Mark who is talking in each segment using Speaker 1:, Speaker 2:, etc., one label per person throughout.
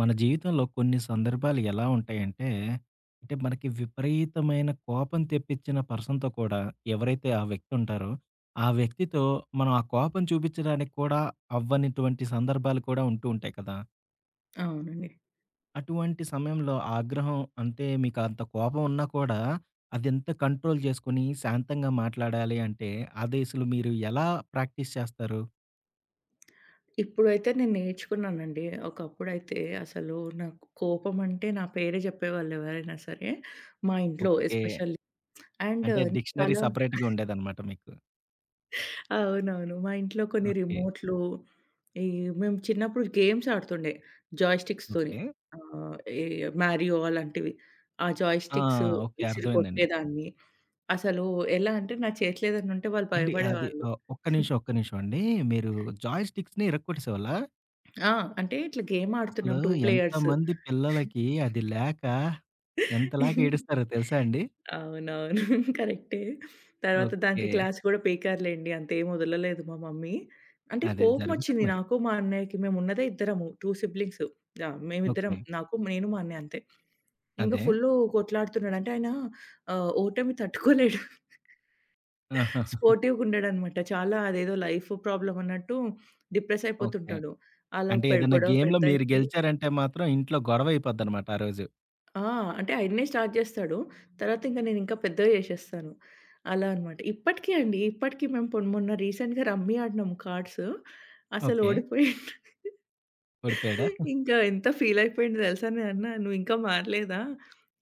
Speaker 1: మన జీవితంలో కొన్ని సందర్భాలు ఎలా ఉంటాయంటే, అంటే మనకి విపరీతమైన కోపం తెప్పించిన పర్సన్‌తో కూడా ఎవరైతే ఆ వ్యక్తి ఉంటారో, ఆ వ్యక్తితో మనం ఆ కోపం చూపించడానికి కూడా అవ్వనిటువంటి సందర్భాలు కూడా ఉంటూ ఉంటాయి కదా!
Speaker 2: అవునండి.
Speaker 1: అటువంటి సమయంలో ఆ ఆగ్రహం అంటే మీకు అంత కోపం ఉన్నా కూడా అదెంత కంట్రోల్ చేసుకొని శాంతంగా మాట్లాడాలి అంటే, అది అసలు మీరు ఎలా ప్రాక్టీస్ చేస్తారు?
Speaker 2: ఇప్పుడైతే నేను నేర్చుకున్నానండి. ఒకప్పుడైతే అసలు నాకు కోపం అంటే నా పేరే జెప్పేవాళ్ళు ఎవరైనా సరే. మా ఇంట్లో
Speaker 1: ఓకే.
Speaker 2: ఎస్పెషల్లీ. అండ్
Speaker 1: అంటే డిక్షనరీ
Speaker 2: చాలా
Speaker 1: సెపరేట్‌గా ఉండేదనమాట మీకు.
Speaker 2: అవునవును. మా ఇంట్లో కొన్ని
Speaker 1: ఓకే.
Speaker 2: రిమోట్‌లు ఈ మేము చిన్నప్పుడు గేమ్స్ ఆడుతుండే జాయ్‌స్టిక్స్‌తోని.
Speaker 1: ఓకే.
Speaker 2: ఆహ్, ఈ మారియో అలాంటివి. ఆ
Speaker 1: ఆ!
Speaker 2: Joysticks
Speaker 1: okay.
Speaker 2: విసిరి
Speaker 1: అర్థమైందండి.
Speaker 2: కొట్టేదాన్ని. అసలు ఎలా అంటే నా చేతిలో ఏదైనా ఉంటే వాళ్ళు
Speaker 1: ఏండి అది
Speaker 2: భయపడేవాళ్ళు.
Speaker 1: ఒక్క నిమిషం, ఒక్క నిమిషం అండి. మీరు జాయ్ స్టిక్స్‌ని ఇరక్కొట్టేసేవాళ్ళా?
Speaker 2: ఆ! అంటే ఇట్లా గేమ్
Speaker 1: అసలు
Speaker 2: ఆడుతున్నాం, 2 ప్లేయర్స్.
Speaker 1: ఎంతమంది పిల్లలకి అది లేక ఎంతలాగా ఏడుస్తారో తెలుసా అండి?
Speaker 2: అవునవును, కరెక్టే. తర్వాత
Speaker 1: ఓకే.
Speaker 2: దానికి క్లాస్ గూడా పేకారులేండి. అంతేం వదలలేదు మా మమ్మీ. అంటే
Speaker 1: అదే జరుగుతది
Speaker 2: కోపమొచ్చింది
Speaker 1: మరి.
Speaker 2: నాకు, మా అన్నయ్యకి. మేమున్నదే ఇద్దరము, 2 సిబ్లింగ్స్. యాహ్! మేమిద్దరం.
Speaker 1: ఓకే.
Speaker 2: నాకు నేను మా అన్నయ్య అంతే. ఇంగా
Speaker 1: అదే.
Speaker 2: ఫుల్లు కొట్లాడుతున్నాడు. అంటే ఆయన ఓటమి తట్టుకోలేడు.
Speaker 1: ఆహా!
Speaker 2: స్పోర్టివ్‌గా ఉండడనమాట. చాలా అదేదో లైఫ్ ప్రాబ్లమ్ అన్నట్టు డిప్రెస్
Speaker 1: ఓకే.
Speaker 2: అయిపోతుంటాడు. అలా
Speaker 1: అంటే ఏదైనా
Speaker 2: గొడవ
Speaker 1: గేమ్‌లో మీరు
Speaker 2: పెద్దయిపోయి.
Speaker 1: గెలిచారంటే మాత్రం ఇంట్లో గొడవ అయిపోద్దనమాట ఆ రోజు.
Speaker 2: ఆ! అంటే ఆయన్నే స్టార్ట్ జేస్తాడు. తర్వాత ఇంక నేనింకా పెద్దగా జేసేస్తాను. అలా అనమాట. ఇప్పటికి అండి. ఇప్పటికి మేము మొన్న రీసెంట్‌గా రమ్మీ ఆడినాము కార్డ్స్. అసలు
Speaker 1: ఓకే.
Speaker 2: ఓడిపోయిండు.
Speaker 1: ఓడిపోయాడా?
Speaker 2: ఇంకా ఎంత ఫీల్ అయిపోయిండో దెలుసా? నేనన్నా, "నువ్వింకా మారలేదా?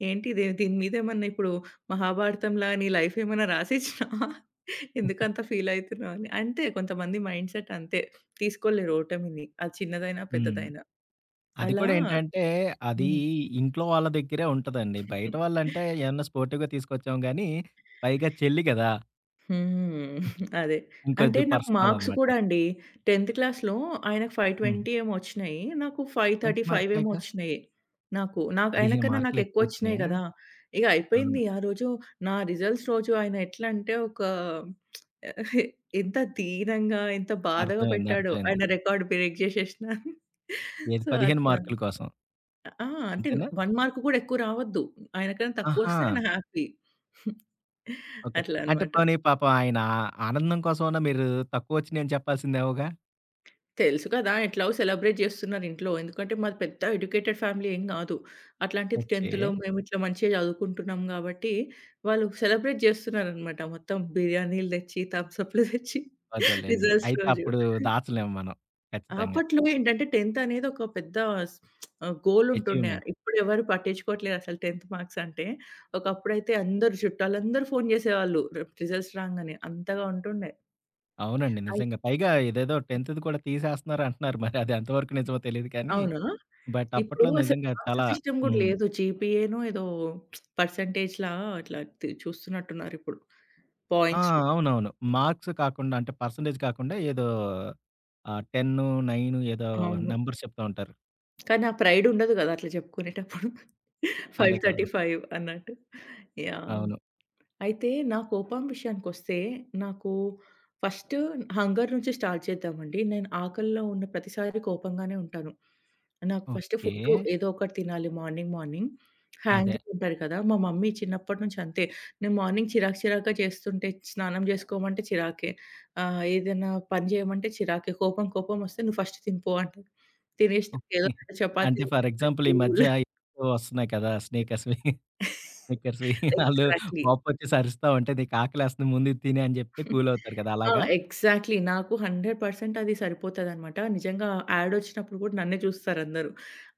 Speaker 2: ఏంటి ఇది, దీని మీద ఏమన్నా ఇప్పుడు మహాభారతంలా నీ లైఫ్ ఏమన్నా రాసిచ్చినావా? ఎందుకంత ఫీల్ అయితున్నావు" అని. అంతే, కొంతమంది మైండ్ సెట్ అంతే. తీసుకోలేరు ఓటమిని, అది చిన్నదైనా,
Speaker 1: హ్మ్.
Speaker 2: పెద్దదైనా.
Speaker 1: అది
Speaker 2: అలా
Speaker 1: కూడా ఏంటంటే, అది
Speaker 2: హ్మ్.
Speaker 1: ఇంట్లో వాళ్ళ దగ్గరే ఉంటదండి. బయట వాళ్ళంటే ఏమన్నా స్పోర్టివ్‌గా తీసుకొచ్చాం గానీ, పైగా చెల్లి గదా!
Speaker 2: హ్మ్. అదే. అంటే
Speaker 1: ఇంకొద్ది
Speaker 2: నాకు
Speaker 1: పర్సనల్
Speaker 2: మార్క్స్
Speaker 1: అనమాట.
Speaker 2: కూడా అండి, 10థ్ క్లాస్‌లో ఆయనకు
Speaker 1: హ్మ్.
Speaker 2: 520 ఏమో వచ్చినాయి, నాకు
Speaker 1: మంచి
Speaker 2: 535 ఏమో
Speaker 1: మార్కులేగా.
Speaker 2: వచ్చినాయి. నాకు నాకు
Speaker 1: 15
Speaker 2: ఆయనకన్నా నాకు
Speaker 1: మార్కులు
Speaker 2: ఎక్కువొచ్చినాయి
Speaker 1: ఎక్కువొచ్చినియా?
Speaker 2: గదా! ఇగ
Speaker 1: అవును.
Speaker 2: అయిపోయింది. ఆ రోజు, నా రిజల్ట్స్ రోజు, ఆయన ఎట్లా అంటే ఒక ఎంత దీనంగా, ఎంత బాధగా
Speaker 1: అర్థమైంది.
Speaker 2: పెట్టాడో.
Speaker 1: అర్థమైంది.
Speaker 2: ఆయన రికార్డ్ బ్రేక్ జేసేసినా అని.
Speaker 1: ఏది
Speaker 2: సో,
Speaker 1: 15
Speaker 2: అట్లా.
Speaker 1: మార్కుల కోసం.
Speaker 2: ఆ! అంటే
Speaker 1: అంతేనా?
Speaker 2: 1 మార్క్ గూడా ఎక్కువ రావద్దు. ఆయనకన్నా
Speaker 1: ఆహా!
Speaker 2: తక్కువొస్తే ఆయన హ్యాపీ.
Speaker 1: ఓకే.
Speaker 2: అట్లా
Speaker 1: అంటే
Speaker 2: అన్నమాట.
Speaker 1: పోనీ పాపం ఆయన ఆనందం కోసమన్నా మీరు తక్కువొచ్చినియని చెప్పాల్సిందేమోగా?
Speaker 2: తెలుసు కదా! ఎట్లాగో సెలబ్రేట్ జేస్తున్నారు ఇంట్లో. ఎందుకంటే మాది పెద్ద ఎడ్యుకేటెడ్ ఫ్యామిలీ ఏం గాదు. అట్లాంటిది
Speaker 1: ఓకే.
Speaker 2: 10థ్‌లో ఓకే. మేమిట్లా మంచిగా చదువుకుంటున్నాం గాబట్టి, వాళ్ళు సెలబ్రేట్ జేస్తున్నారనమాట. మొత్తం బిర్యానీలు దెచ్చి, థమ్సప్‌లు దెచ్చి,
Speaker 1: అదేలెండి.
Speaker 2: రిజల్ట్స్
Speaker 1: అయితే
Speaker 2: రోజు.
Speaker 1: అప్పుడు దాచలేము మనం. ఖచ్చితంగా.
Speaker 2: అప్పట్లో ఏంటంటే 10థ్ అనేది ఒక పెద్ద స్ గోల్ ఉంటుండే.
Speaker 1: అచీవ్‌మెంట్.
Speaker 2: ఇప్పుడెవరు పట్టించుకోవట్లేదు అసలు 10థ్ మార్క్స్ అంటే. ఒకప్పుడైతే అందరూ చుట్టాలందరూ ఫోను జేసేవాళ్ళు, రిజల్ట్స్ రాంగానే అంతగా ఉంటుండే.
Speaker 1: అవునండి. నిజంగా. పైగా ఇదేదో 10థ్ కూడా తీసేస్తున్నారు అంటున్నారు. మరి అది ఎంతవరకు నిజమో తెలీదు కానీ,
Speaker 2: అవునా?
Speaker 1: బట్
Speaker 2: ఇప్పుడు
Speaker 1: అప్పట్లో
Speaker 2: అసలు
Speaker 1: నిజంగా
Speaker 2: మార్క్స్
Speaker 1: చాలా
Speaker 2: సిస్టమ్ గూడా
Speaker 1: హ్మ్.
Speaker 2: లేదు. జీపీఏనో ఏదో పర్సెంటేజ్‌లా అట్లా చూస్తున్నట్టున్నారిప్పుడు
Speaker 1: ఆ!
Speaker 2: పాయింట్స్‌లో.
Speaker 1: అవునవును. మార్క్స్ కాకుండా అంటే పర్సెంటేజ్ కాకుండా ఏదో 10, 9 ఏదో
Speaker 2: అవును.
Speaker 1: నంబర్స్ చెప్తా ఉంటారు.
Speaker 2: కానీ ఆ ప్రైడ్ ఉండదు గదా అట్లా చెప్పుకునేటప్పుడు.
Speaker 1: అదే కదా!
Speaker 2: 535 అన్నట్టు. యాహ్!
Speaker 1: అవును.
Speaker 2: అయితే నా కోపం విషయానికొస్తే, నాకు ఫస్ట్ హంగర్ నుంచి స్టార్ట్ చేద్దామండి. నేను ఆకలిలో ఉన్న ప్రతిసారి కోపంగానే ఉంటాను. నాకు ఫస్ట్
Speaker 1: ఓకే.
Speaker 2: ఫుడ్డు ఏదో ఒకటి తినాలి మార్నింగ్, మార్నింగ్.
Speaker 1: అదే.
Speaker 2: హ్యాంగ్రీ ఉంటారు కదా! మా మమ్మీ చిన్నప్పటి నుంచి అంతే. నేను మార్నింగ్ చిరాకు చిరాకుగా చేస్తుంటే, స్నానం చేసుకోమంటే చిరాకే. ఏదైనా పని చేయమంటే చిరాకే. కోపం కోపం వస్తే, "నువ్వు ఫస్ట్ తిని పో" అంటది. తినేసినాక ఏదో
Speaker 1: ఓకే.
Speaker 2: 2
Speaker 1: అంటే
Speaker 2: చపాతీలు,
Speaker 1: ఫర్ ఎగ్జాంపుల్ ఈ మధ్య
Speaker 2: కూల్.
Speaker 1: ఏవో వస్తున్నాయి కదా! స్నేకర్స్‌వి, స్నేకర్స్‌వి ఆళ్ళు
Speaker 2: ఎగ్జాక్ట్‌లీ.
Speaker 1: కోపమొచ్చేసి అరుస్తా ఉంటే నీకు ఆకలేస్తుంది ముందు ఇది తిను అని చెప్తే కూల్ అవుతారు కదా!
Speaker 2: ఆ!
Speaker 1: అలాగా?
Speaker 2: ఎగ్జాక్ట్‌లీ. నాకు 100% అది సరిపోతదనమాట. నిజంగా యాడొచ్చినప్పుడు గూడా నన్నే చూస్తారందరూ.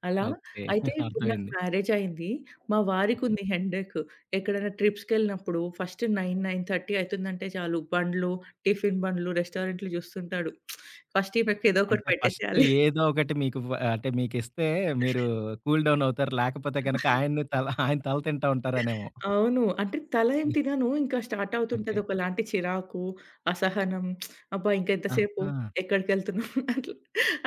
Speaker 2: అలా.
Speaker 1: ఓకే.
Speaker 2: అయితే ఇప్పుడు నాకు
Speaker 1: అర్థమైంది.
Speaker 2: మ్యారేజయింది. మా
Speaker 1: ఓకే.
Speaker 2: వారికుంది హెడేక్. ఎక్కడైనా ట్రిప్స్‌కెళ్ళినప్పుడు ఫస్ట్ 9, 9:30 అయితుందంటే చాలు, బండ్లు, టిఫిన్ బండ్లు, రెస్టారెంట్లు చూస్తుంటాడు. ఫస్ట్ ఈమెకి ఏదో ఒకటి
Speaker 1: అంటే ఫస్ట్
Speaker 2: పెట్టేసేయాలి.
Speaker 1: ఏదో ఒకటి మీకు ఫ అంటే మీకిస్తే మీరు కూల్ డౌన్ అవుతారు. లేకపోతే గనక ఆయన్ని తల తింటా ఉంటారనేమో.
Speaker 2: అవును. అంటే తల ఏం తినను. ఇంకా స్టార్ట్
Speaker 1: ఓకే.
Speaker 2: అవుతుంటది ఒకలాంటి చిరాకు, అసహనం. అబ్బా! ఇంకా ఎంతసేపు?
Speaker 1: ఆహా!
Speaker 2: ఎక్కడికెళ్తున్నాం? అట్లా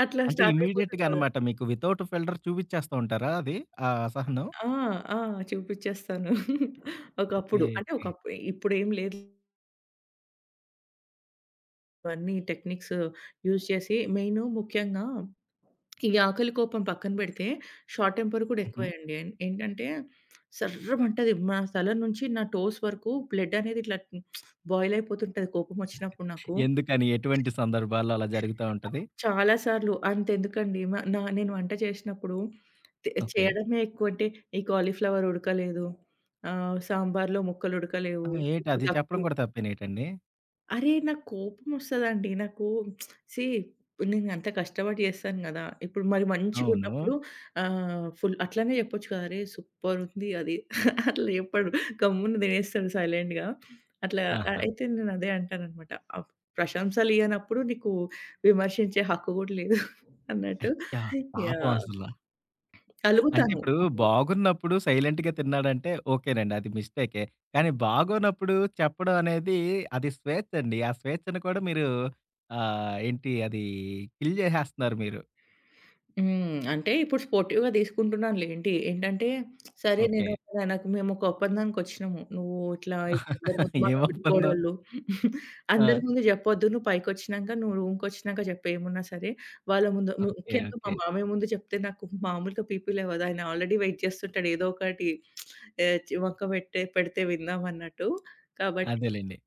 Speaker 2: అట్లా
Speaker 1: అంటే
Speaker 2: స్టార్ట్
Speaker 1: ఇమ్మీడియేట్‌గా
Speaker 2: అయిపోతుంటది.
Speaker 1: అనమాట మీకు వితౌట్ ఫిల్టర్ చూపిచ్చేస్తూ ఉంటారా అది? ఆ అసహనం.
Speaker 2: ఆ! ఆ! చూపిచ్చేస్తాను.
Speaker 1: ఓకే.
Speaker 2: ఒకప్పుడు. అంటే
Speaker 1: ఓకే.
Speaker 2: ఒకప్పుడు, ఇప్పుడేం లేదు. ఇవన్నీ టెక్నిక్స్ యూజ్ చేసి. మెయిను ముఖ్యంగా ఈ ఆకలి కోపం పక్కన పెడితే, షార్ట్ టెంపర్ కూడా
Speaker 1: హుహు.
Speaker 2: ఎక్కువే అండి. ఏంటంటే సర్రుమంటది. నా తల నుంచి నా టోస్ వరకు బ్లడ్ అనేది ఇట్లా బాయిల్ అయిపోతుంటది కోపం వచ్చినప్పుడు నాకు.
Speaker 1: ఎందుకని? ఎటువంటి సందర్భాల్లో అలా జరుగుతా ఉంటది?
Speaker 2: చాలా సార్లు. అంతెందుకండి, మ నా నేను వంట చేసినప్పుడు
Speaker 1: ఓకే.
Speaker 2: చేయడమే ఎక్కువంటే, ఈ కాలీఫ్లవర్ ఉడకలేదు, సాంబార్‌లో ముక్కలు
Speaker 1: ఆ!
Speaker 2: ఉడకలేవు, ఉప్పు
Speaker 1: ఏటది చెప్పడం
Speaker 2: తక్కువ.
Speaker 1: కూడా తప్పేనేటండి?
Speaker 2: అరే! నాకు కోపమొస్తదండి. నాకు సీ నేను అంత కష్టపడి చేస్తాను గదా! ఇప్పుడు మరి
Speaker 1: అవును.
Speaker 2: మంచిగున్నప్పుడు ఫుల్ అట్లనే చెప్పొచ్చు కదా! "అరే! సూపరుంది అది" అట్లా చెప్పడు. గమ్మున తినేస్తాడు సైలెంట్‌గా. అట్లా.
Speaker 1: ఆహా!
Speaker 2: అయితే నేను అదే అంటాననమాట. ఆహ్, ప్రశంసలియ్యనప్పుడు నీకు విమర్శించే హక్కు గూడా లేదు అన్నట్టు.
Speaker 1: అయ్యా! పాపం
Speaker 2: యాహ్!
Speaker 1: అసల. అంటే
Speaker 2: అలుగుతాను.
Speaker 1: ఇప్పుడు బాగున్నప్పుడు సైలెంట్‌గా తిన్నాడంటే ఓకేనండి. అది మిస్టేకే. కానీ బాగోనప్పుడు చెప్పడం అనేది అది స్వేచ్ఛండి. ఆ స్వేచ్ఛను కూడా మీరు ఏంటి అది కిల్ చేసేస్తున్నారు మీరు.
Speaker 2: హ్మ్. అంటే ఇప్పుడు స్పోర్టివ్‌గా తీసుకుంటున్నానులేండి. ఏంటంటే, సరే,
Speaker 1: ఓకే.
Speaker 2: నేను నాకు మేము ఒక ఒప్పందానికొచ్చినాము. నువ్వు ఇట్లా అందరి ముందు, మా
Speaker 1: ఏం ఒప్పందం?
Speaker 2: తోడికోడళ్ళు,
Speaker 1: ఆ!
Speaker 2: అందరి ముందు చెప్పొద్దు. నువ్వు పైకొచ్చినాక, నువ్వు రూమ్‌కొచ్చినాక చెప్పు ఏమున్నా సరే. వాళ్ళ ముందు,
Speaker 1: ఓకే.
Speaker 2: ముఖ్యంగా మా
Speaker 1: ఓకే.
Speaker 2: మామయ్య ముందు చెప్తే, నాకు మామూలుగా పీపీ లేవదు. ఆయన ఆల్రెడీ వెయిట్ చేస్తుంటాడు ఏదో ఒకటి ఆహ్, చి వంక పెడితే విందామన్నట్టు. కాబట్టి
Speaker 1: అదేలెండి.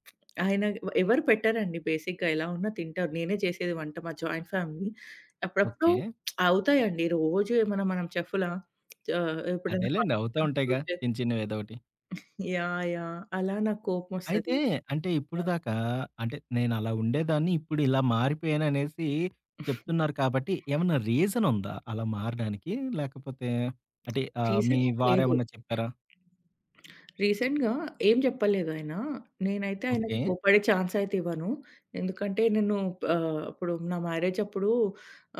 Speaker 2: ఆయన ఎవరు పెట్టరండి బేసిక్‌గా, ఎలా ఉన్నా తింటారు. నేనే చేసేది వంట, మా జాయింట్ ఫ్యామిలీ. అప్పుడప్పుడు
Speaker 1: ఓకే.
Speaker 2: అవుతాయండి. రోజు ఏమన్నా మనం చెఫ్‌లా? ఎప్పుడైనా
Speaker 1: అదేలెండి. అవుతా
Speaker 2: ఫాస్టింగ్ ఉన్నప్పుడు.
Speaker 1: ఉంటాయిగా. చిన్న చిన్నవి ఏదోకటి.
Speaker 2: యాహ్! యాహ్! అలా నాకు
Speaker 1: అయితే
Speaker 2: కోపమొస్తది.
Speaker 1: అంటే
Speaker 2: యాహ్!
Speaker 1: ఇప్పటిదాకా అంటే నేనలా ఉండేదాన్ని. ఇప్పుడు ఇలా మారిపోయాననేసి చెప్తున్నారు కాబట్టి, ఏమన్నా రీజన్ ఉందా అలా మారడానికి? లేకపోతే అంటే మీ
Speaker 2: రీజన్ ఏమి లేదు.
Speaker 1: వారేమన్నా చెప్పారా?
Speaker 2: రీసెంట్‌గా ఏం చెప్పలేదు ఆయన. నేనైతే ఆయనకి
Speaker 1: ఓకే.
Speaker 2: కోప్పడే ఛాన్స్ అయితే ఇవ్వను. ఎందుకంటే నేను అప్పుడు నా మ్యారేజ్ అప్పుడు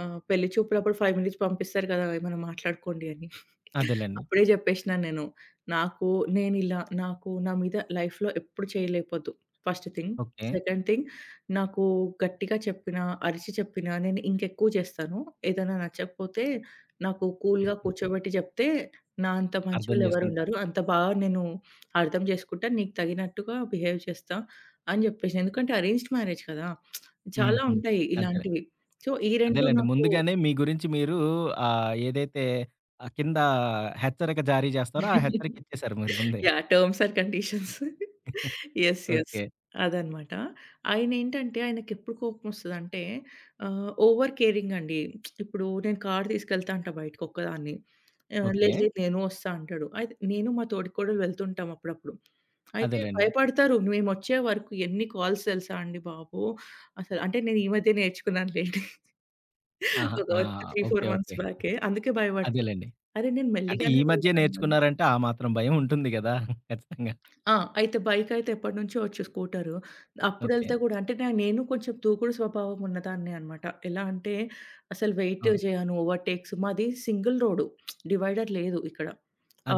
Speaker 2: పెళ్లి చూపులప్పుడు 5 మినిట్స్ పంపిస్తారు కదా, ఏమైనా మాట్లాడుకోండి అని.
Speaker 1: అదేలెండి.
Speaker 2: అప్పుడే చెప్పేసినా నేను. నాకు నేనిలా, నాకు నా మీద లైఫ్‌లో ఎప్పుడు చేయలేపోద్దు. First thing.
Speaker 1: Okay.
Speaker 2: Second thing, నాకు గట్టిగా చెప్పినా, అరిచి చెప్పినా నేను ఇంకెక్కువ చేస్తాను. ఏదైనా నచ్చకపోతే నాకు కూల్‌గా కూర్చోబెట్టి చెప్తే, నా అంత
Speaker 1: అర్థం
Speaker 2: మంచోళ్ళు
Speaker 1: చేసుకుంటా.
Speaker 2: ఎవరుండరు. అంత బాగా నేను అర్థం చేసుకుంటా. నీకు తగినట్టుగా బిహేవ్ చేస్తా అని జెప్పేసి. ఎందుకంటే అరేంజ్డ్ మ్యారేజ్ కదా, చాలా
Speaker 1: హుహు.
Speaker 2: ఉంటాయి
Speaker 1: అదేలే.
Speaker 2: ఇలాంటివి. సో, ఈ 2
Speaker 1: అదేలెండి.
Speaker 2: నాకు.
Speaker 1: ముందుగానే మీ గురించి మీరు ఏదైతే కింద హెచ్చరిక జారీ చేస్తారో, ఆ హెచ్చరిక ఇచ్చేసారు మీరు ముందే.
Speaker 2: Yeah! Terms and conditions. Yes. Yes.
Speaker 1: Okay.
Speaker 2: అదనమాట. ఆయనేంటంటే, ఆయనకెప్పుడు కోపమొస్తదంటే, ఓవర్ కేరింగ్ అండి. ఇప్పుడు నేను కారు తీసుకెళ్తా అంటా బయటకొక్కదాన్ని.
Speaker 1: ఓకే.
Speaker 2: లేదు లేదు, నేను వస్తా అంటాడు. అయితే నేను, మా తోడికోడలు వెళ్తుంటాం అప్పుడప్పుడు. అయితే
Speaker 1: అదేలెండి.
Speaker 2: భయపడతారు. మేమొచ్చే వరకు ఎన్ని కాల్స్ తెలుసా అండి బాబు! అసలు. అంటే నేను ఈ మధ్య నేర్చుకున్నాను లేండి,
Speaker 1: ఆహా!
Speaker 2: ఒక
Speaker 1: ఆ!
Speaker 2: 3,
Speaker 1: ఓకే.
Speaker 2: 4
Speaker 1: ఓకే.
Speaker 2: మంత్స్ బ్యాకే. అందుకే భయపడతారు.
Speaker 1: అదేలెండి.
Speaker 2: అరే! నేను
Speaker 1: అంటే ఈ
Speaker 2: మెల్లిగానే
Speaker 1: మధ్యే
Speaker 2: వెళ్తాను.
Speaker 1: నేర్చుకున్నారంటే ఆ మాత్రం భయం ఉంటుంది గదా! ఖచ్చితంగా.
Speaker 2: ఆ! అయితే బైకయితే ఎప్పటినుంచో వచ్చు, స్కూటరు.
Speaker 1: ఓకే.
Speaker 2: అప్పుడెళ్తే గూడా, అంటే నేను కొంచెం దూకుడు స్వభావం ఉన్నదాన్నే అన్నమాట. ఎలా అంటే అసలు వెయిట్
Speaker 1: ఆ!
Speaker 2: చేయను, ఓవర్‌టేక్స్. మాది సింగిల్ రోడ్డు, డివైడర్ లేదు ఇక్కడ.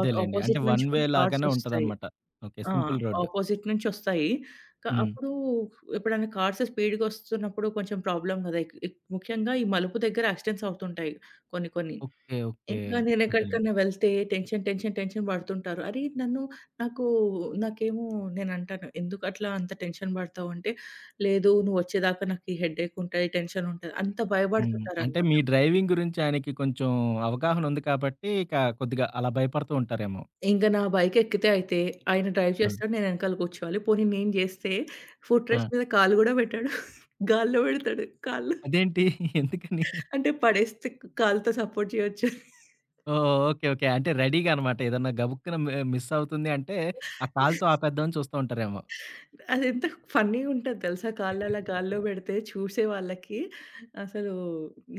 Speaker 1: అంటే
Speaker 2: అపోజిట్
Speaker 1: వన్
Speaker 2: నుంచి
Speaker 1: వే
Speaker 2: కూడా కార్స్
Speaker 1: లాగానే
Speaker 2: ఒస్తాయి.
Speaker 1: ఉంటదనమాట. ఓకే.
Speaker 2: ఆ!
Speaker 1: Simple road.
Speaker 2: అపోజిట్ నుంచొస్తాయి.
Speaker 1: హ్మ్.
Speaker 2: అప్పుడు ఎప్పుడైనా కార్స్ స్పీడ్‌గొస్తున్నప్పుడు కొంచెం ప్రాబ్లమ్ గదా! ఎక్ ఎక్ ముఖ్యంగా ఈ మలుపు దగ్గర యాక్సిడెంట్స్ అవుతుంటాయి కొన్ని కొన్ని.
Speaker 1: ఓకే. ఓకే.
Speaker 2: ఇంకా
Speaker 1: అదేలెండి.
Speaker 2: నేనెక్కడికన్నా వెళ్తే టెన్షన్, టెన్షన్, టెన్షన్ పడుతుంటారు. అరే! నన్ను, నాకు, నాకేమో, నేనంటాను, "ఎందుకట్లా అంత టెన్షన్ పడతావంటే," లేదు, నువ్వొచ్చేదాకా నాకు ఈ హెడ్‌ఏక్ ఉంటది, టెన్షన్ ఉంటది, అంత
Speaker 1: హ్మ్. అంటే
Speaker 2: భయపడుతుంటారనమాట.
Speaker 1: మీ డ్రైవింగ్ గురించి ఆయనకి కొంచెం అవగాహన ఉంది కాబట్టి ఇక కొద్దిగా అలా భయపడుతూ ఉంటారేమో.
Speaker 2: ఇంక నా బైకెక్కితే అయితే ఆయన డ్రైవ్
Speaker 1: ఆ!
Speaker 2: చేస్తాడు, నేను ఎనకాల కూర్చోవాలి. పోనీ నేను చేస్తే ఫుట్
Speaker 1: ఆ!
Speaker 2: రెస్ట్ మీద కాలు గూడా పెట్టడు. గాల్లో పెడతాడు కాళ్ళు.
Speaker 1: అదేంటి? ఎందుకని?
Speaker 2: అంటే పడేస్తే కాలుతో సపోర్ట్ చేయొచ్చని.
Speaker 1: ఓహ్! ఓకే. ఓకే. అంటే రెడీగా అనమాట. ఏదన్నా గబుక్కున మిస్ అవుతుంది అంటే ఆ కాలుతో ఆపేద్దామని చూస్తూ ఉంటారేమో.
Speaker 2: అదెంత ఫన్నీగా ఉంటది తెలుసా! కాళ్ళు అలా గాల్లో పెడితే చూసే వాళ్ళకి. అసలు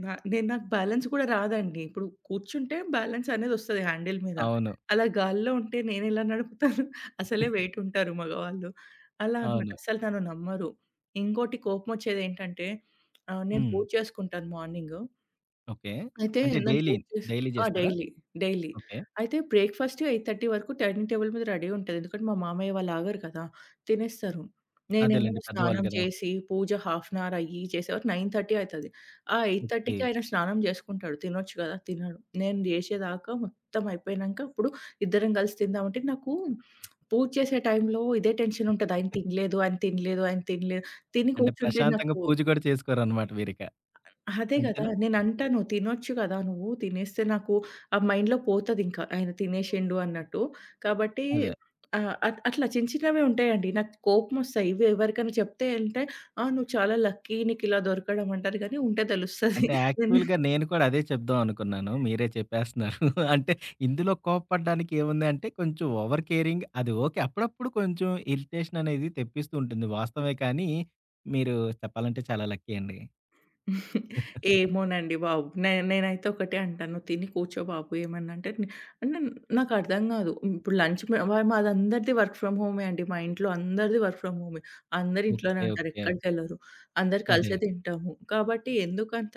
Speaker 2: నేను, నాకు బ్యాలెన్స్ కూడా రాదండి. ఇప్పుడు కూర్చుంటే బ్యాలెన్స్ అనేది వస్తది హ్యాండిల్ మీద.
Speaker 1: అవును.
Speaker 2: అలా గాల్లో ఉంటే నేనెలా నడుపుతాను? అసలే వెయిట్ ఉంటారు మగవాళ్ళు. అలా అన్నమాట.
Speaker 1: అవును.
Speaker 2: అస్సలు నన్ను నమ్మరు. ఇంకోటి కోపమొచ్చేదేంటంటే, నేను
Speaker 1: హ్మ్.
Speaker 2: పూజ చేసుకుంటాను మార్నింగు.
Speaker 1: ఓకే.
Speaker 2: అయితే
Speaker 1: అంటే
Speaker 2: నన్ను
Speaker 1: డైలీ,
Speaker 2: పూజ చేసి.
Speaker 1: డైలీ
Speaker 2: ఆ!
Speaker 1: చేస్తారా?
Speaker 2: డైలీ. డైలీ.
Speaker 1: ఓకే.
Speaker 2: అయితే బ్రేక్‌ఫాస్ట్ 8:30 వరకు డైనింగ్ టేబుల్ మీద రెడీ ఉంటది. ఎందుకంటే మా మామయ్య వాళ్ళు ఆగరు కదా, తినేస్తారు. నేనేమో
Speaker 1: అదేలెండి. పెద్దవాళ్ళు
Speaker 2: స్నానం
Speaker 1: కదా!
Speaker 2: చేసి, పూజ హాఫ్ అన్ అవర్ అయ్యి చేసేవరకు 9:30 అయితది. ఆ
Speaker 1: ఓకే.
Speaker 2: 8:30కి ఆయన స్నానం చేసుకుంటాడు. తినొచ్చు కదా, తినడు. నేను చేసేదాకా మొత్తం అయిపోయినంక అప్పుడు ఇద్దరం కలిసి తిందామంటే, నాకు పూజ చేసే టైంలో ఇదే టెన్షన్ ఉంటది. ఆయన తినలేదు, ఆయన తినలేదు, ఆయన తినలేదు. తిని
Speaker 1: అంటే
Speaker 2: కూర్చుంటే
Speaker 1: ప్రశాంతంగా
Speaker 2: నాకు.
Speaker 1: పూజ కూడా చేసుకోరనమాట మీరిక.
Speaker 2: అదే గదా!
Speaker 1: అంతేనా?
Speaker 2: నేనంటాను తినొచ్చు గదా! నువ్వు తినేస్తే నాకు ఆ మైండ్‌లో పోతదింకా ఆయన తినేషిండు అన్నట్టు. కాబట్టి
Speaker 1: అదే.
Speaker 2: ఆహ్, అట్ అట్లా చిన్న చిన్నవే ఉంటాయండి, నాకు కోపమొస్తాయి. ఇవి ఎవరికైనా చెప్తే అంటే, "ఆ! నువ్వు చాలా లక్కీ నీకిలా దొరకడం" అంటారు గానీ, ఉంటే తెలుస్తది.
Speaker 1: అంటే యాక్చువల్‌గా నేను కూడా అదే చెప్దాం అనుకున్నాను. మీరే చెప్పేస్తున్నారు. అంటే ఇందులో కోప్పడడానికి ఏముంది అంటే కొంచెం ఓవర్ కేరింగ్ అది ఓకే. అప్పుడప్పుడు కొంచెం ఇరిటేషన్ అనేది తెప్పిస్తూ ఉంటుంది వాస్తవమే కానీ, మీరు చెప్పాలంటే చాలా లక్కీ అండి.
Speaker 2: ఏమోనండి బాబు! నేనైతే ఒకటే అంటాను, "నువ్వు తిని కూర్చో బాబు" ఏమన్నా అంటే నే-. అంటే నాకర్థం కాదు. ఇప్పుడు లంచ్, మాదందరిది వర్క్ ఫ్రమ్ హోమే అండి. మా ఇంట్లో అందరిది వర్క్ ఫ్రమ్ హోమే, అందరూ ఇంట్లోనే
Speaker 1: ఓకే.
Speaker 2: ఉంటారు,
Speaker 1: ఓకే.
Speaker 2: ఎక్కడికెళ్ళరు. అందరూ
Speaker 1: అదే.
Speaker 2: కలిసే తింటాము. కాబట్టి ఎందుకంత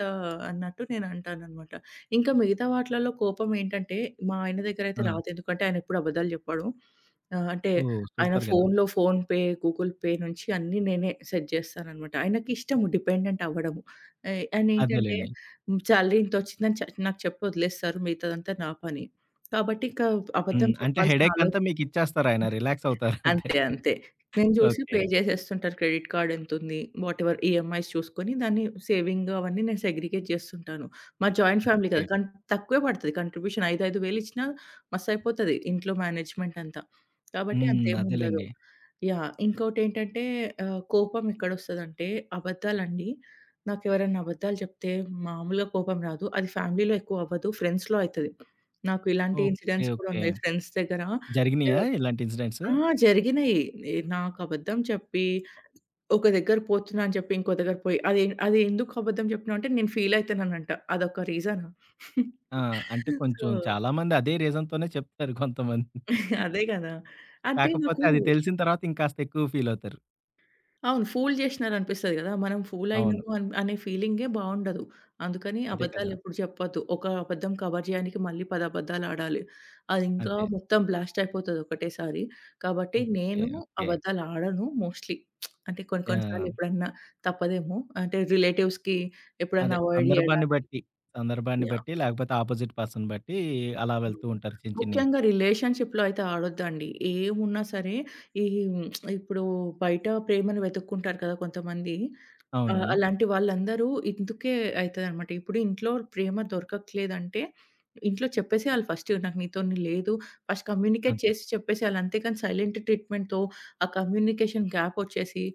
Speaker 2: అన్నట్టు నేను అంటాననమాట. ఇంకా మిగతా వాటిలలో కోపం ఏంటంటే, మా ఆయన దగ్గరయితే
Speaker 1: ఆ!
Speaker 2: రాదు. ఎందుకంటే ఆయన ఎప్పుడు అబద్ధాలు చెప్పడు. అంటే
Speaker 1: ఓహ్!
Speaker 2: ఆయన
Speaker 1: సూపర్ కదా!
Speaker 2: ఫోన్‌లో ఫోన్‌పే, గూగుల్ పే నుంచి అన్నీ నేనే సెట్ చేస్తాననమాట. ఆయనకిష్టము డిపెండెంట్ అవ్వడం. ఏయ్! అండ్ ఏంటంటే,
Speaker 1: అదేలెండి.
Speaker 2: హ్మ్, సాలరీ ఇంతొచ్చిందని నాకు చెప్పి వదిలేస్తారు. మిగతాదంతా నా పని. కాబట్టి, ఇంకా
Speaker 1: హ్మ్.
Speaker 2: అబద్ధం
Speaker 1: అంటే
Speaker 2: చెప్పాల్సిన
Speaker 1: హెడేక్ అంతా మీకిచ్చేస్తారాయన రిలాక్స్ అవుతారంతే.
Speaker 2: అంతే. అంతే. నేను జూసి
Speaker 1: ఓకే.
Speaker 2: పే జేసేస్తుంటారు. క్రెడిట్ కార్డ్ ఎంతుంది, వాటెవర్ ఈఎంఐస్ చూసుకొని, దాన్ని, సేవింగ్, అవన్నీ నేను సెగ్రిగేట్ జేస్తుంటాను. మాది జాయింట్ ఫ్యామిలీ
Speaker 1: ఓకే.
Speaker 2: కదా, తక్కువే పడతది కంట్రిబ్యూషన్. 5, 5,000 ఇచ్చినా మస్తయిపోతది ఇంట్లో, మేనేజ్‌మెంట్ అంతా. కాబట్టి
Speaker 1: హ్మ్.
Speaker 2: అంతేముండదు.
Speaker 1: అదేలెండి.
Speaker 2: యాహ్! ఇంకోటేంటంటే, కోపం ఎక్కడొస్తదంటే, అబద్దాలండి. నాకెవరన్నా అబద్దాలు జెప్తే. మామూలుగా కోపం రాదు, అది ఫ్యామిలీలో ఎక్కువ అవ్వదు, ఫ్రెండ్స్‌లో అయితది. నాకు ఇలాంటి
Speaker 1: ఓకే.
Speaker 2: ఇన్సిడెంట్స్ కూడా
Speaker 1: ఓకే.
Speaker 2: ఉన్నాయి ఫ్రెండ్స్ దగ్గర.
Speaker 1: జరిగినియా ఇలాంటి ఇన్సిడెంట్స్?
Speaker 2: ఆ! జరిగినయి. నాకు అబద్ధం చెప్పి, ఒక దగ్గర పోతున్నా అని చెప్పి, ఇంకో దగ్గర పోయి, అది అది ఎందుకు అబద్ధం చెప్పినావు అంటే, నేను ఫీల్ అయితున్నానంట. అదొక రీజనా?
Speaker 1: ఆ! అంటే
Speaker 2: సో,
Speaker 1: కొంచెం చాలామంది అదే రీజన్‌తోనే చెప్తారు కొంతమంది.
Speaker 2: అదే గదా! అంటే
Speaker 1: కాకపోతే
Speaker 2: నాకు.
Speaker 1: అది తెలిసిన తర్వాత ఇంకాస్త ఎక్కువ ఫీలవుతారు.
Speaker 2: అవును, ఫూల్ జేషినారనిపిస్తది గదా, మనం
Speaker 1: అవును.
Speaker 2: ఫూలయినాము అనే ఫీలింగే బావుండదు. అందుకని
Speaker 1: అదే కదా!
Speaker 2: అబద్దాలెప్పుడు చెప్పొద్దు. ఒక అబద్ధం కవర్ జేయడానికి మళ్ళీ 10 అబద్దాలాడాలి. అదింకా
Speaker 1: అదే.
Speaker 2: మొత్తం బ్లాస్ట్ అయిపోతది ఒకటేసారి. కాబట్టి
Speaker 1: ఓకే.
Speaker 2: నేను
Speaker 1: ఓకే.
Speaker 2: అబద్దాలాడను మోస్ట్‌లీ. అంటే కొన్ని కొన్ని
Speaker 1: యాహ్!
Speaker 2: సార్లు ఎప్పుడన్నా తప్పదేమో. అంటే రిలేటివ్స్‌కి
Speaker 1: అదే
Speaker 2: ఎప్పుడన్నా అవాయిడ్
Speaker 1: సందర్భాన్ని
Speaker 2: జేయడానికి.
Speaker 1: బట్టి, సందర్భాన్ని
Speaker 2: యాహ్!
Speaker 1: బట్టి లేకపోతే ఆపోజిట్ పర్సన్ బట్టి అలా వెళ్తూ
Speaker 2: అవును.
Speaker 1: ఉంటారు చిన్న చిన్నయి.
Speaker 2: ముఖ్యంగా రిలేషన్‌షిప్‌లో అయితే ఆడొద్దండి. ఏమున్నా సరే, ఈ ఉమ్, ఇప్పుడు బయట ప్రేమను వెతుక్కుంటారు కదా కొంతమంది. ఆ!
Speaker 1: అవును.
Speaker 2: అలాంటి వాళ్ళందరూ ఇందుకే అయితదనమాట. ఇప్పుడు ఇంట్లో ప్రేమ దొరకట్లేదంటే, ఇంట్లో చెప్పేసేయాలి ఫస్ట్, నాకు నీతోని లేదు. ఫస్ట్ కమ్యూనికేట్
Speaker 1: అదే.
Speaker 2: చేసి చెప్పేసేయాలి. అంతేగాని సైలెంట్ ట్రీట్‌మెంట్‌తో ఆ కమ్యూనికేషన్ గ్యాప్ ఒచ్చేసి,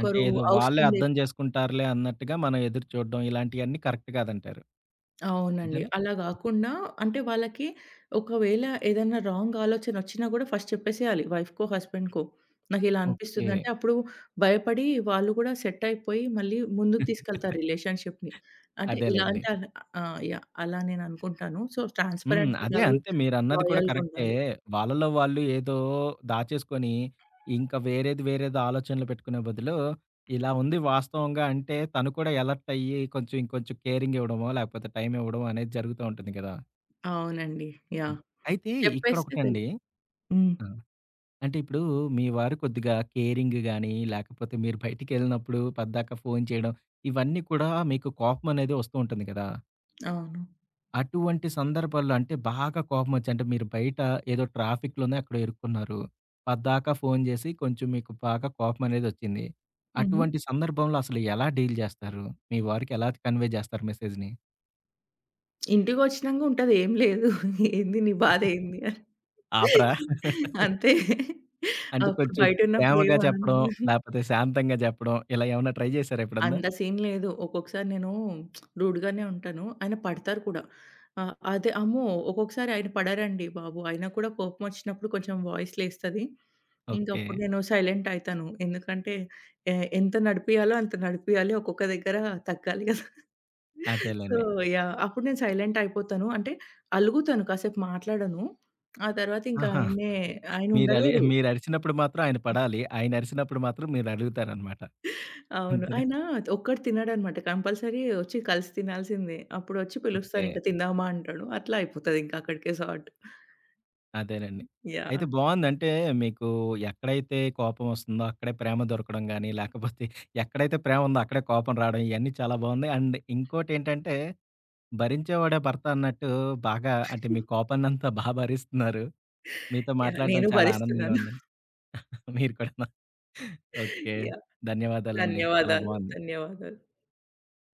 Speaker 1: అంటే ఏదో వాళ్ళే
Speaker 2: అవసరం లే
Speaker 1: అర్థం చేసుకుంటారులే అన్నట్టుగా మనం ఎదురు చూడడం ఇలాంటియన్నీ కరెక్ట్ కాదంటారు.
Speaker 2: అవునండి.
Speaker 1: అంతేనా?
Speaker 2: అలా గాకుండా. అంటే వాళ్ళకి ఒకవేళ ఏదైనా రాంగ్ ఆలోచనొచ్చినా గూడా ఫస్ట్ చెప్పేసేయాలి వైఫ్‌కో, హస్బెండ్‌కో. నాకిలా
Speaker 1: ఓకే.
Speaker 2: అనిపిస్తుందంటే అప్పుడు భయపడి వాళ్ళు గూడా సెట్ అయిపోయి మళ్ళీ ముందుకు తీసుకెళ్తారు రిలేషన్‌షిప్‌ని. అంటే ఇలా
Speaker 1: అదేలెండి.
Speaker 2: అంటే అలా. ఆ! యాహ్! అలా నేననుకుంటాను. సో,
Speaker 1: హ్మ్. అదే
Speaker 2: ట్రాన్స్‌పరెంట్‌గుండాలి,
Speaker 1: అంతే మీరన్నది కూడా కరెక్టే.
Speaker 2: లాయల్‌గుండాలి.
Speaker 1: వాళ్ళలో వాళ్ళు ఏదో దాచేసుకొని, ఇంకా వేరేది, వేరేది ఆలోచనలు పెట్టుకునే బదులు, ఇలా ఉంది వాస్తవంగా అంటే తను కూడా అలర్ట్ అయ్యి కొంచెం ఇంకొంచెం కేరింగ్ ఇవ్వడమో, లేకపోతే టైం ఇవ్వడమో అనేది జరుగుతూ ఉంటుంది కదా!
Speaker 2: అవునండి. యాహ్!
Speaker 1: హ్మ్. అయితే
Speaker 2: చెప్పేస్తే తెలు
Speaker 1: ఇక్కడొకటండి
Speaker 2: హ్మ్.
Speaker 1: ఆ! అంటే ఇప్పుడు మీ వారు కొద్దిగా కేరింగ్ గాని, లేకపోతే మీరు బయటికెళ్ళినప్పుడు పద్దాక ఫోను చేయడం, ఇవన్నీ కూడా మీకు కోపమనేది వస్తూ ఉంటుంది కదా!
Speaker 2: అవును.
Speaker 1: అటువంటి సందర్భాల్లో అంటే బాగా కోపమొచ్చి అంటే మీరు బయట ఏదో ట్రాఫిక్‌లోనే ఎక్కడో ఇరుక్కున్నారు. పద్దాక ఫోను చేసి కొంచెం మీకు బాగా కోపమనేదొచ్చింది.
Speaker 2: హుహు.
Speaker 1: అటువంటి సందర్భంలో అసలు ఎలా డీల్ చేస్తారు? మీ వారికి ఎలా కన్వే చేస్తారు మెసేజ్‌ని?
Speaker 2: ఇంటికొచ్చినంగుంటది, ఏం లేదు. ఏంది, నీ బాధేంది అని.
Speaker 1: ఆపరా?
Speaker 2: అంతే.
Speaker 1: అంటే
Speaker 2: అప్పుడు
Speaker 1: కొంచెం
Speaker 2: బయటున్నప్పుడు
Speaker 1: ప్రేమగా
Speaker 2: ఏమనను.
Speaker 1: చెప్పడం, లేపోతే శాంతంగా చెప్పడం ఇలా ఏమన్నా ట్రై చేశారా ఎప్పుడన్నా?
Speaker 2: అంత సీన్ లేదు. ఒక్కొక్కసారి నేను రూడ్‌గానే ఉంటాను, ఆయన పడతారు కూడా. అదే అమ్మో! ఒక్కొక్కసారి ఆయన పడరండి బాబు. అయినా కూడా కోపమొచ్చినప్పుడు కొంచెం వాయిస్ లేస్తది.
Speaker 1: ఓకే.
Speaker 2: ఇంకప్పుడు నేను సైలెంట్ అయితాను. ఎందుకంటే ఎంత నడిపియాలో అంత నడిపియాలి, ఒక్కొక్క దగ్గర తగ్గాలి కదా! సో,
Speaker 1: అదేలెండి.
Speaker 2: యాహ్! అప్పుడు నేను సైలెంట్ అయిపోతాను. అంటే అలుగుతాను, కాసేపు మాట్లాడను. ఆ తర్వాత ఇంకా
Speaker 1: ఆహా!
Speaker 2: ఆయన్నే, ఆయన ఉండలేరు.
Speaker 1: మీరరిచినప్పుడు మాత్రం ఆయన పడాలి. ఆయనరిసినప్పుడు మాత్రం మీరలుగుతారనమాట.
Speaker 2: అవును.
Speaker 1: అంతేనా?
Speaker 2: ఆయన ఒక్కడు తినడనమాట. కంపల్సరీ ఒచ్చి కలిసి తినాల్సిందే. అప్పుడొచ్చి
Speaker 1: ఓకే.
Speaker 2: పిలుస్తారింక, తిందామా అంటాడు. అట్లా అయిపోతదింక అక్కడికే సార్ట్.
Speaker 1: అదేనండి. అయితే
Speaker 2: యాహ్!
Speaker 1: బావుంది. అంటే మీకు ఎక్కడైతే కోపం వస్తుందో అక్కడే ప్రేమ దొరకడం గాని, లేకపోతే ఎక్కడైతే ప్రేమ ఉందో అక్కడే కోపం రావడం ఇయన్నీ చాలా బావుంది. అండ్ ఇంకోటేంటంటే భరించేవాడే భర్త అన్నట్టు బాగా అంటే మీ కోపాన్నంతా భరిస్తున్నారు. మీతో
Speaker 2: యాహ్!
Speaker 1: మాట్లాడడం
Speaker 2: నేను
Speaker 1: చాలా ఆనందంగా
Speaker 2: భరిస్తున్నాను.
Speaker 1: ఉందండి. మీరు కూడా ఓకే.
Speaker 2: యాహ్!
Speaker 1: ధన్యవాదాలండి. చాలా
Speaker 2: ధన్యవాదాలు.
Speaker 1: బావుంది.
Speaker 2: ధన్యవాదాలు.